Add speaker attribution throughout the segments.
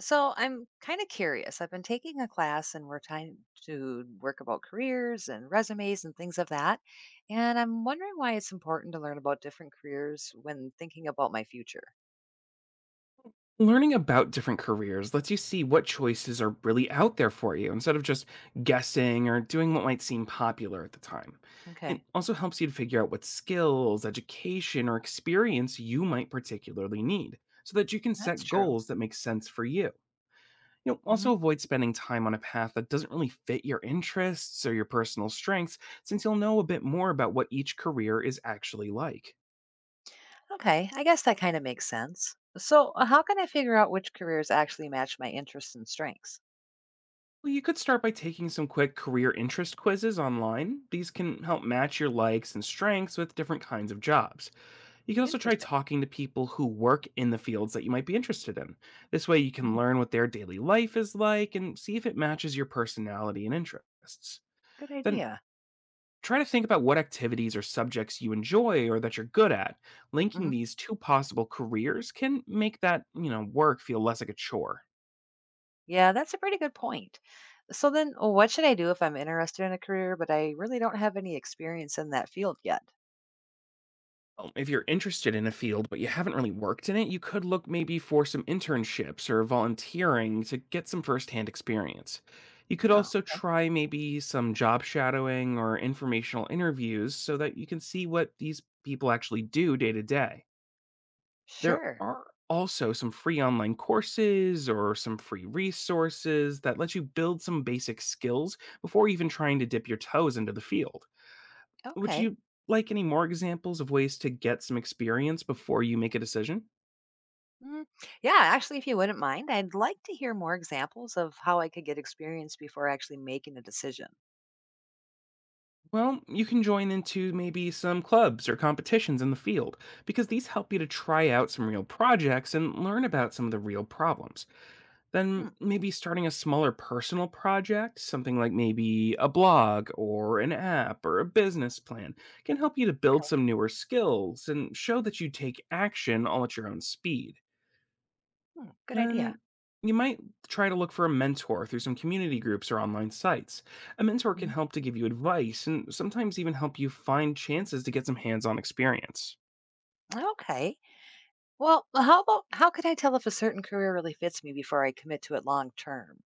Speaker 1: So I'm kind of curious. I've been taking a class and we're trying to work about careers and resumes and things of that. And I'm wondering why it's important to learn about different careers when thinking about my future.
Speaker 2: Learning about different careers lets you see what choices are really out there for you, instead of just guessing or doing what might seem popular at the time. It
Speaker 1: Okay,
Speaker 2: also helps you to figure out what skills, education, or experience you might particularly need, so that you can
Speaker 1: that's
Speaker 2: set
Speaker 1: true.
Speaker 2: goals that make sense for you. You'll
Speaker 1: hmm
Speaker 2: also avoid spending time on a path that doesn't really fit your interests or your personal strengths, since you'll know a bit more about what each career is actually like.
Speaker 1: Okay, I guess that kind of makes sense. So, how can I figure out which careers actually match my interests and strengths?
Speaker 2: Well, you could start by taking some quick career interest quizzes online. These can help match your likes and strengths with different kinds of jobs. You can also try
Speaker 1: Interesting.
Speaker 2: talking to people who work in the fields that you might be interested in. This way, you can
Speaker 1: Mm,
Speaker 2: learn what their daily life is like and see if it matches your personality and interests.
Speaker 1: good
Speaker 2: Then,
Speaker 1: idea.
Speaker 2: try to think about what activities or subjects you enjoy or that you're good at.
Speaker 1: hmm
Speaker 2: Linking these two possible careers can make that work feel less like a chore.
Speaker 1: Yeah, that's a pretty good point. So, then what should I do if I'm interested in a career, but I really don't have any experience in that field yet?
Speaker 2: If you're interested in a field but you haven't really worked in it, you could look maybe for some internships or volunteering to get some firsthand experience. You could
Speaker 1: Oh,
Speaker 2: also
Speaker 1: okay.
Speaker 2: try maybe some job shadowing or informational interviews, so that you can see what these people actually do day to day. There
Speaker 1: Sure.
Speaker 2: are also some free online courses or some free resources that let you build some basic skills before even trying to dip your toes into the field. Would
Speaker 1: Okay.
Speaker 2: you like any more examples of ways to get some experience before you make a decision?
Speaker 1: Mm, yeah, actually, if you wouldn't mind, I'd like to hear more examples of how I could get experience before actually making a decision.
Speaker 2: Well, you can join into maybe some clubs or competitions in the field, because these help you to try out some real projects and learn about some of the real problems.
Speaker 1: Hmm,
Speaker 2: Then maybe starting a smaller personal project, something like maybe a blog or an app or a business plan, can help you to build
Speaker 1: okay.
Speaker 2: some newer skills and show that you take action all at your own speed.
Speaker 1: Hmm, good idea.
Speaker 2: Then you might try to look for a mentor through some community groups or online sites. A mentor can
Speaker 1: Mhm.
Speaker 2: help to give you advice and sometimes even help you find chances to get some hands on experience.
Speaker 1: Okay. Well, how about how could I tell if a certain career really fits me before I commit to it long term?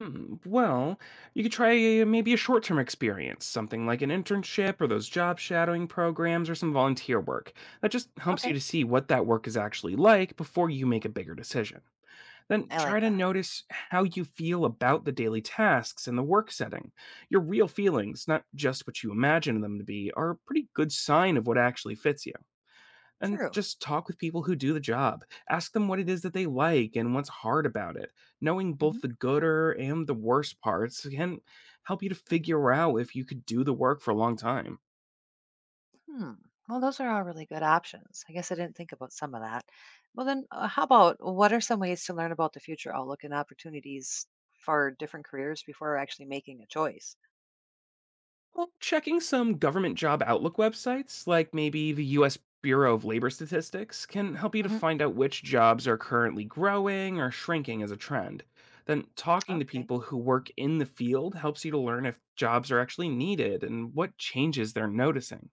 Speaker 2: Well, you could try maybe a short term experience, something like an internship or those job shadowing programs or some volunteer work. That just helps you
Speaker 1: Okay.
Speaker 2: to see what that work is actually like before you make a bigger decision. Then
Speaker 1: I like
Speaker 2: try to
Speaker 1: that.
Speaker 2: notice how you feel about the daily tasks and the work setting. Your real feelings, not just what you imagine them to be, are a pretty good sign of what actually fits you. And
Speaker 1: True.
Speaker 2: just talk with people who do the job. Ask them what it is that they like and what's hard about it. Knowing
Speaker 1: Mm-hmm.
Speaker 2: both the gooder and the worst parts can help you to figure out if you could do the work for a long time.
Speaker 1: Hmm. Well, those are all really good options. I guess I didn't think about some of that. Well, then, how about what are some ways to learn about the future outlook and opportunities for different careers before actually making a choice?
Speaker 2: Well, checking some government job outlook websites, like maybe the US Bureau of Labor Statistics, can help you to
Speaker 1: hmm
Speaker 2: find out which jobs are currently growing or shrinking as a trend. Then, talking to
Speaker 1: Okay,
Speaker 2: people who work in the field helps you to learn if jobs are actually needed and what changes they're noticing.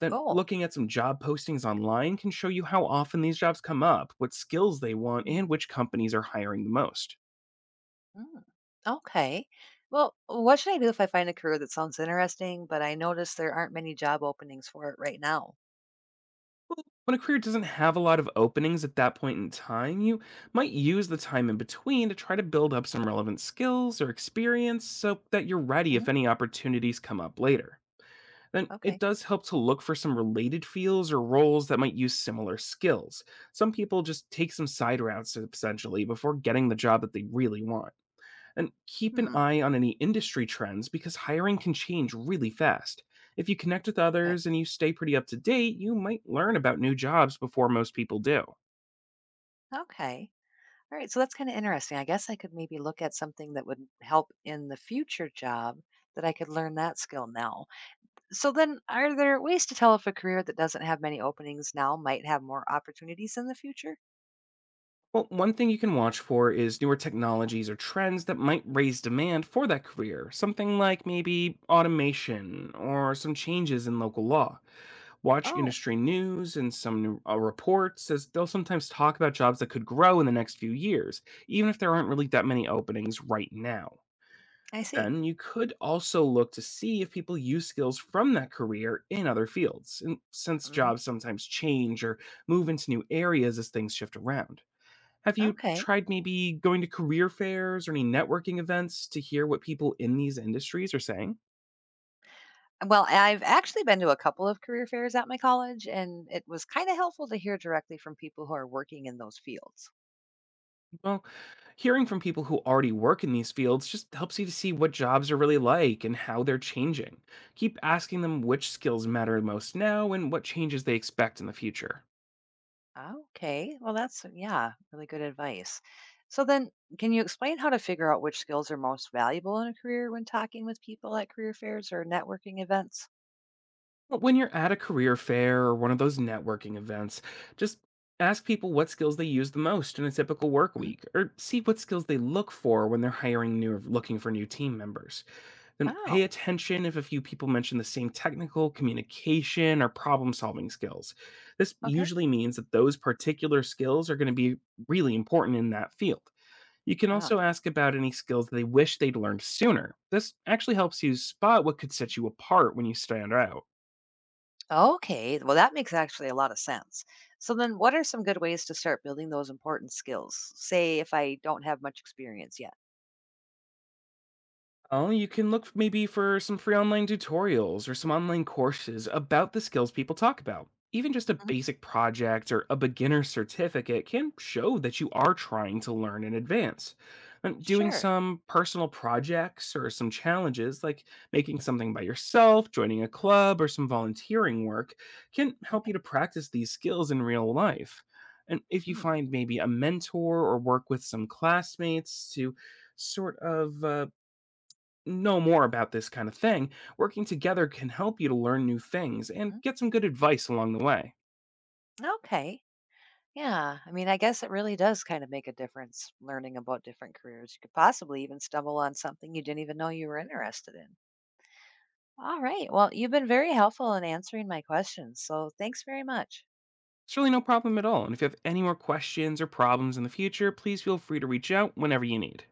Speaker 2: Then,
Speaker 1: cool.
Speaker 2: looking at some job postings online can show you how often these jobs come up, what skills they want,
Speaker 1: Hmm.
Speaker 2: and which companies are hiring the most.
Speaker 1: Hmm. Okay. Well, what should I do if I find a career that sounds interesting, but I notice there aren't many job openings for it right now?
Speaker 2: Well, when a career doesn't have a lot of openings at that point in time, you might use the time in between to try to build up some relevant skills or experience, so that you're ready if
Speaker 1: hmm
Speaker 2: any opportunities come up later. Then it
Speaker 1: Okay.
Speaker 2: does help to look for some related fields or roles that might use similar skills. Some people just take some side routes essentially before getting the job that they really want. And keep an
Speaker 1: Hmm.
Speaker 2: eye on any industry trends, because hiring can change really fast. If you connect with
Speaker 1: Okay.
Speaker 2: others and you stay pretty up to date, you might learn about new jobs before most people do.
Speaker 1: Okay. All right, so that's kind of interesting. I guess I could maybe look at something that would help in the future job that I could learn that skill now. So then are there ways to tell if a career that doesn't have many openings now might have more opportunities in the future?
Speaker 2: Well, one thing you can watch for is newer technologies or trends that might raise demand for that career, something like maybe automation or some changes in local law. Watch
Speaker 1: Oh,
Speaker 2: industry news and some new, reports, as they'll sometimes talk about jobs that could grow in the next few years, even if there aren't really that many openings right now.
Speaker 1: I see.
Speaker 2: Then you could also look to see if people use skills from that career in other fields, and since
Speaker 1: hmm
Speaker 2: jobs sometimes change or move into new areas as things shift around. Have you
Speaker 1: Okay.
Speaker 2: tried maybe going to career fairs or any networking events to hear what people in these industries are saying?
Speaker 1: Well, I've actually been to a couple of career fairs at my college, and it was kind of helpful to hear directly from people who are working in those fields.
Speaker 2: Well, hearing from people who already work in these fields just helps you to see what jobs are really like and how they're changing. Keep asking them which skills matter most now and what changes they expect in the future.
Speaker 1: Okay. Well, that's really good advice. So then, can you explain how to figure out which skills are most valuable in a career when talking with people at career fairs or networking events?
Speaker 2: But when you're at a career fair or one of those networking events, just ask people what skills they use the most in a typical work
Speaker 1: Mhm.
Speaker 2: week, or see what skills they look for when they're hiring new or looking for new team members. Then
Speaker 1: Oh,
Speaker 2: pay attention if a few people mention the same technical, communication, or problem solving skills. This
Speaker 1: okay.
Speaker 2: usually means that those particular skills are going to be really important in that field. You can
Speaker 1: Oh,
Speaker 2: also ask about any skills they wish they'd learned sooner. This actually helps you spot what could set you apart when you stand out.
Speaker 1: okay. Well, that makes actually a lot of sense. So then, what are some good ways to start building those important skills? Say, if I don't have much experience yet.
Speaker 2: Oh, you can look maybe for some free online tutorials or some online courses about the skills people talk about. Even just a
Speaker 1: Mhm.
Speaker 2: basic project or a beginner certificate can show that you are trying to learn in advance. And doing
Speaker 1: Sure.
Speaker 2: some personal projects or some challenges, like making something by yourself, joining a club, or some volunteering work, can help
Speaker 1: Okay.
Speaker 2: you to practice these skills in real life. And if you
Speaker 1: Hmm.
Speaker 2: find maybe a mentor or work with some classmates to sort of uh, know more about this kind of thing, working together can help you to learn new things and
Speaker 1: Mm.
Speaker 2: get some good advice along the way.
Speaker 1: Okay. Yeah, I guess it really does kind of make a difference learning about different careers. You could possibly even stumble on something you didn't even know you were interested in. All right. Well, you've been very helpful in answering my questions. So thanks very much.
Speaker 2: It's really no problem at all. And if you have any more questions or problems in the future, please feel free to reach out whenever you need.